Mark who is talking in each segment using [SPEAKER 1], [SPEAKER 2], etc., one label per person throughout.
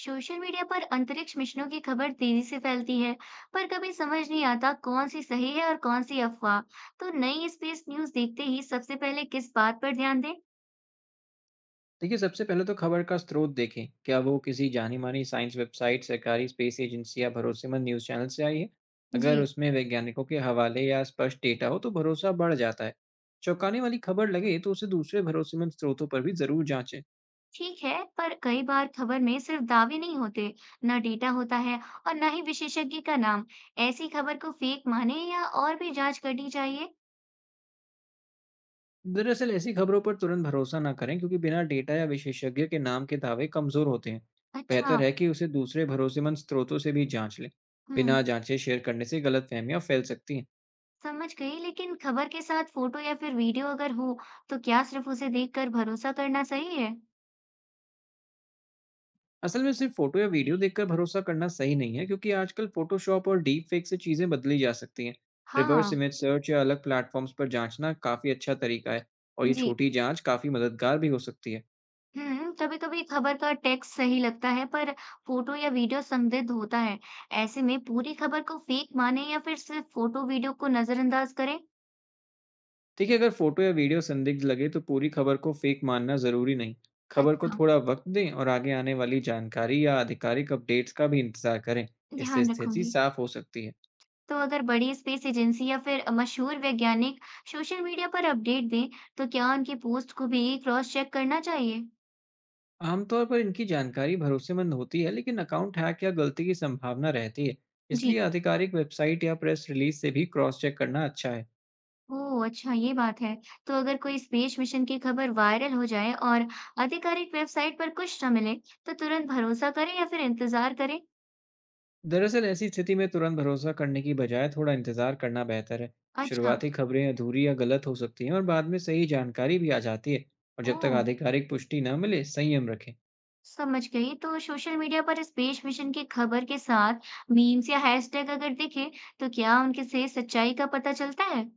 [SPEAKER 1] Social media पर अंतरिक्ष मिशनों की खबर तेजी से फैलती है, पर कभी समझ नहीं आता कौन सी सही है और कौन सी अफवाह। तो नई स्पेस न्यूज़ देखते ही सबसे पहले किस बात पर ध्यान दें?
[SPEAKER 2] देखिए, सबसे पहले तो खबर का स्रोत देखें। क्या वो किसी जानी-मानी साइंस वेबसाइट, सरकारी स्पेस एजेंसी या भरोसेमंद न्यूज़ चैनल से आई है? अगर
[SPEAKER 1] जी।
[SPEAKER 2] उसमें वैज्ञानिकों के हवाले या स्पष्ट डेटा हो, तो भरोसा बढ़ जाता है। चौंकाने वाली खबर लगे, तो उसे दूसरे भरोसेमंद स्रोतों पर भी ज़रूर जाँचें।
[SPEAKER 1] ठीक है, पर कई बार खबर में सिर्फ दावे नहीं होते, न डेटा होता है और न ही विशेषज्ञ का नाम। ऐसी खबर को फेक माने या और भी जांच करनी चाहिए?
[SPEAKER 2] दरअसल, ऐसी खबरों पर तुरंत भरोसा ना करें, क्योंकि बिना डेटा या विशेषज्ञ के नाम के दावे कमज़ोर होते हैं।
[SPEAKER 1] अच्छा।
[SPEAKER 2] बेहतर है कि उसे दूसरे भरोसेमंद स्रोतों से भी जाँच लें।
[SPEAKER 1] हम्म।
[SPEAKER 2] बिना जाँचे शेयर करने से गलतफ़हमियाँ फैल सकती हैं।
[SPEAKER 1] समझ गई, लेकिन खबर के साथ फोटो या फिर वीडियो अगर हो, तो क्या सिर्फ उसे देखकर भरोसा करना सही है?
[SPEAKER 2] असल में सिर्फ फोटो या वीडियो देखकर भरोसा करना सही नहीं है, क्योंकि आजकल फोटोशॉप और डीप फेक से चीजें बदली जा सकती हैं।
[SPEAKER 1] हाँ।
[SPEAKER 2] रिवर्स इमेज सर्च या अलग प्लेटफॉर्म्स पर जांचना काफी अच्छा तरीका है। और ये
[SPEAKER 1] जी।
[SPEAKER 2] छोटी जांच काफी मददगार भी हो सकती है।
[SPEAKER 1] हुँ, कभी-कभी खबर का टेक्स्ट सही लगता है पर फोटो या वीडियो संदिग्ध होता है। ऐसे में पूरी खबर को फेक माने या फिर सिर्फ फोटो वीडियो को नज़रअंदाज करें?
[SPEAKER 2] देखिए, अगर फोटो या वीडियो संदिग्ध लगे तो पूरी खबर को फेक मानना जरूरी नहीं। खबर को
[SPEAKER 1] अच्छा,
[SPEAKER 2] थोड़ा वक्त दें और आगे आने वाली जानकारी या आधिकारिक अपडेट्स का भी इंतजार करें। इससे
[SPEAKER 1] ध्यान
[SPEAKER 2] स्थिति
[SPEAKER 1] रखूंगी।
[SPEAKER 2] साफ हो सकती है।
[SPEAKER 1] तो अगर बड़ी स्पेस एजेंसी या फिर मशहूर वैज्ञानिक सोशल मीडिया पर अपडेट दें, तो क्या उनकी पोस्ट को भी क्रॉस चेक करना चाहिए?
[SPEAKER 2] आमतौर पर इनकी जानकारी भरोसेमंद होती है, लेकिन अकाउंट हैक या गलती की संभावना रहती है।
[SPEAKER 1] जी।
[SPEAKER 2] इसलिए आधिकारिक वेबसाइट या प्रेस रिलीज से भी क्रॉस चेक करना अच्छा है।
[SPEAKER 1] ओह! अच्छा ये बात है। तो अगर कोई स्पेस मिशन की खबर वायरल हो जाए और आधिकारिक वेबसाइट पर कुछ न मिले, तो तुरंत भरोसा करें या फिर इंतज़ार करें?
[SPEAKER 2] दरअसल, ऐसी स्थिति में तुरंत भरोसा करने की बजाय थोड़ा इंतजार करना बेहतर है।
[SPEAKER 1] अच्छा।
[SPEAKER 2] शुरुआती खबरें अधूरी या गलत हो सकती हैं और बाद में सही जानकारी भी आ जाती है। और जब तक
[SPEAKER 1] ओह!
[SPEAKER 2] आधिकारिक पुष्टि न मिले, संयम रखें।
[SPEAKER 1] समझ गई। तो सोशल मीडिया पर स्पेस मिशन की खबर के साथ मीम्स या हैशटैग अगर दिखे, तो क्या उनके से सच्चाई का पता चलता है?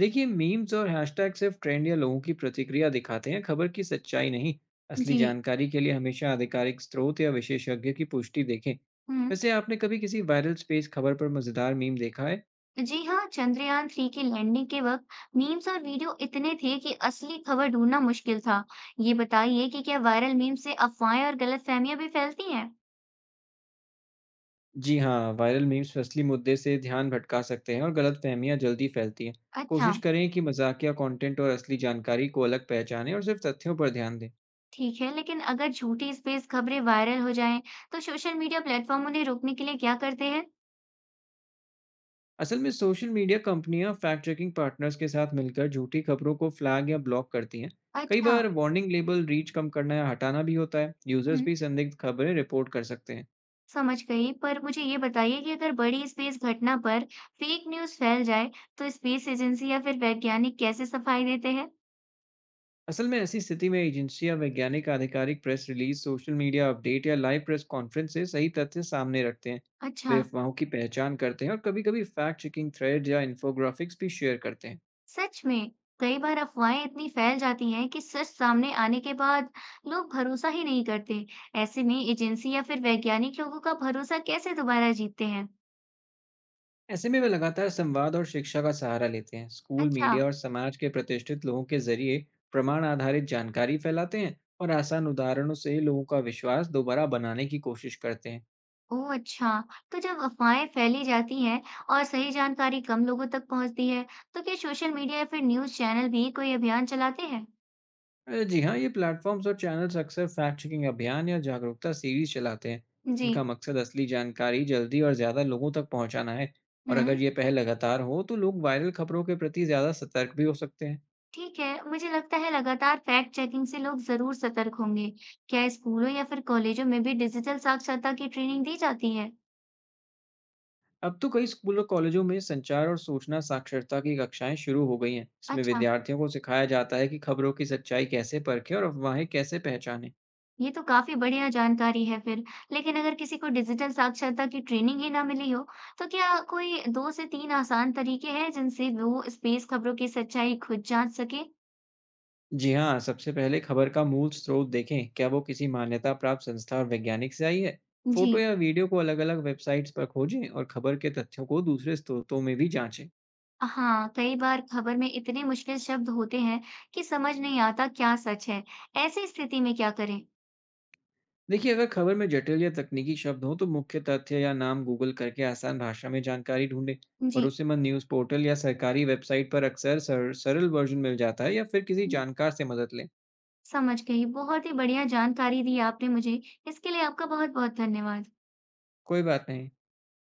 [SPEAKER 2] देखिए, मीम्स और हैशटैग सिर्फ ट्रेंड या लोगों की प्रतिक्रिया दिखाते हैं, खबर की सच्चाई नहीं। असली
[SPEAKER 1] जी।
[SPEAKER 2] जानकारी के लिए हमेशा आधिकारिक स्रोत या विशेषज्ञ की पुष्टि देखें।
[SPEAKER 1] हुँ।
[SPEAKER 2] वैसे, आपने कभी किसी वायरल स्पेस खबर पर मजेदार मीम देखा है?
[SPEAKER 1] जी हाँ, चंद्रयान 3 की लैंडिंग के वक़्त मीम्स और वीडियो इतने थे कि असली खबर ढूँढना मुश्किल था। ये बताइए कि क्या वायरल मीम से अफ़वाहें और गलतफ़हमियाँ भी फैलती हैं?
[SPEAKER 2] जी हाँ, वायरल मीम्स असली मुद्दे से ध्यान भटका सकते हैं और गलत फहमियाँ जल्दी फैलती हैं।
[SPEAKER 1] अच्छा।
[SPEAKER 2] कोशिश करें कि मजाकिया कंटेंट और असली जानकारी को अलग पहचानें और सिर्फ तथ्यों पर ध्यान दें।
[SPEAKER 1] ठीक है, लेकिन अगर झूठी स्पेस खबरें वायरल हो जाएँ, तो सोशल मीडिया प्लेटफ़ॉर्म उन्हें रोकने के लिए क्या करते हैं?
[SPEAKER 2] असल में सोशल मीडिया कंपनियां फैक्ट चेकिंग पार्टनर्स के साथ मिलकर झूठी खबरों को फ्लैग या ब्लॉक करती हैं। कई
[SPEAKER 1] अच्छा।
[SPEAKER 2] बार वार्निंग लेबल, रीच कम करना या हटाना भी होता है।
[SPEAKER 1] हुँ।
[SPEAKER 2] यूजर्स भी संदिग्ध खबरें रिपोर्ट कर सकते हैं।
[SPEAKER 1] समझ गई। पर मुझे ये बताइए कि अगर बड़ी स्पेस घटना पर फेक न्यूज़ फैल जाए, तो स्पेस एजेंसी या फिर वैज्ञानिक कैसे सफाई देते हैं?
[SPEAKER 2] असल में ऐसी स्थिति में एजेंसियां, वैज्ञानिक आधिकारिक press release, social media update या लाइव प्रेस कॉन्फ्रेंस से सही तथ्य सामने रखते हैं। वे
[SPEAKER 1] अच्छा।
[SPEAKER 2] अफवाहों की पहचान करते हैं और कभी कभी फैक्ट चेकिंग थ्रेड या इन्फोग्राफिक्स भी शेयर करते हैं।
[SPEAKER 1] सच में कई बार अफवाहें इतनी फैल जाती हैं कि सच सामने आने के बाद लोग भरोसा ही नहीं करते। ऐसे में एजेंसी या फिर वैज्ञानिक लोगों का भरोसा कैसे दोबारा जीतते हैं?
[SPEAKER 2] ऐसे में वे लगातार संवाद और शिक्षा का सहारा लेते हैं। स्कूल,
[SPEAKER 1] अच्छा।
[SPEAKER 2] मीडिया और समाज के प्रतिष्ठित लोगों के जरिए प्रमाण आधारित जानकारी फैलाते हैं और आसान उदाहरणों से लोगों का विश्वास दोबारा बनाने की कोशिश करते हैं।
[SPEAKER 1] ओह अच्छा। तो जब अफवाहें फैली जाती हैं और सही जानकारी कम लोगों तक पहुंचती है, तो क्या सोशल मीडिया या फिर न्यूज़ चैनल भी कोई अभियान चलाते हैं?
[SPEAKER 2] जी हाँ, ये प्लेटफॉर्म्स और चैनल्स अक्सर फैक्ट चेकिंग अभियान या जागरूकता सीरीज चलाते हैं।
[SPEAKER 1] जी।
[SPEAKER 2] इनका मकसद असली जानकारी जल्दी और ज़्यादा लोगों तक पहुँचाना है। और
[SPEAKER 1] हुँ।
[SPEAKER 2] अगर ये पहल लगातार हो, तो लोग वायरल खबरों के प्रति ज़्यादा सतर्क भी हो सकते हैं।
[SPEAKER 1] ठीक है, मुझे लगता है लगातार फैक्ट चेकिंग से लोग ज़रूर सतर्क होंगे। क्या स्कूलों या फिर कॉलेजों में भी डिजिटल साक्षरता की ट्रेनिंग दी जाती है?
[SPEAKER 2] अब तो कई स्कूल और कॉलेजों में संचार और सूचना साक्षरता की कक्षाएं शुरू हो गई हैं। इसमें
[SPEAKER 1] अच्छा,
[SPEAKER 2] विद्यार्थियों को सिखाया जाता है कि खबरों की सच्चाई कैसे परखें और अफवाहें कैसे पहचानें।
[SPEAKER 1] ये तो काफ़ी बढ़िया जानकारी है फिर। लेकिन अगर किसी को डिजिटल साक्षरता की ट्रेनिंग ही ना मिली हो, तो क्या कोई 2 से 3 आसान तरीके हैं जिनसे वो स्पेस खबरों की सच्चाई खुद जाँच सके?
[SPEAKER 2] जी हाँ, सबसे पहले खबर का मूल स्रोत देखें, क्या वो किसी मान्यता प्राप्त संस्था और वैज्ञानिक से आई है। फोटो
[SPEAKER 1] जी।
[SPEAKER 2] या वीडियो को अलग-अलग वेबसाइट्स पर खोजें और खबर के तथ्यों को दूसरे स्रोतों में भी जांचें।
[SPEAKER 1] हाँ, कई बार खबर में इतने मुश्किल शब्द होते हैं कि समझ नहीं आता क्या सच है। ऐसी स्थिति में क्या करें?
[SPEAKER 2] देखिए, अगर खबर में जटिल या तकनीकी शब्द हो तो मुख्य तथ्य या नाम गूगल करके आसान भाषा में जानकारी ढूंढें।
[SPEAKER 1] जी।
[SPEAKER 2] भरोसेमंद न्यूज़ पोर्टल या सरकारी वेबसाइट पर अक्सर सरल वर्जन मिल जाता है या फिर किसी जानकार से मदद लें।
[SPEAKER 1] समझ गई। बहुत ही बढ़िया जानकारी दी आपने मुझे। इसके लिए आपका बहुत-बहुत धन्यवाद।
[SPEAKER 2] कोई बात नहीं।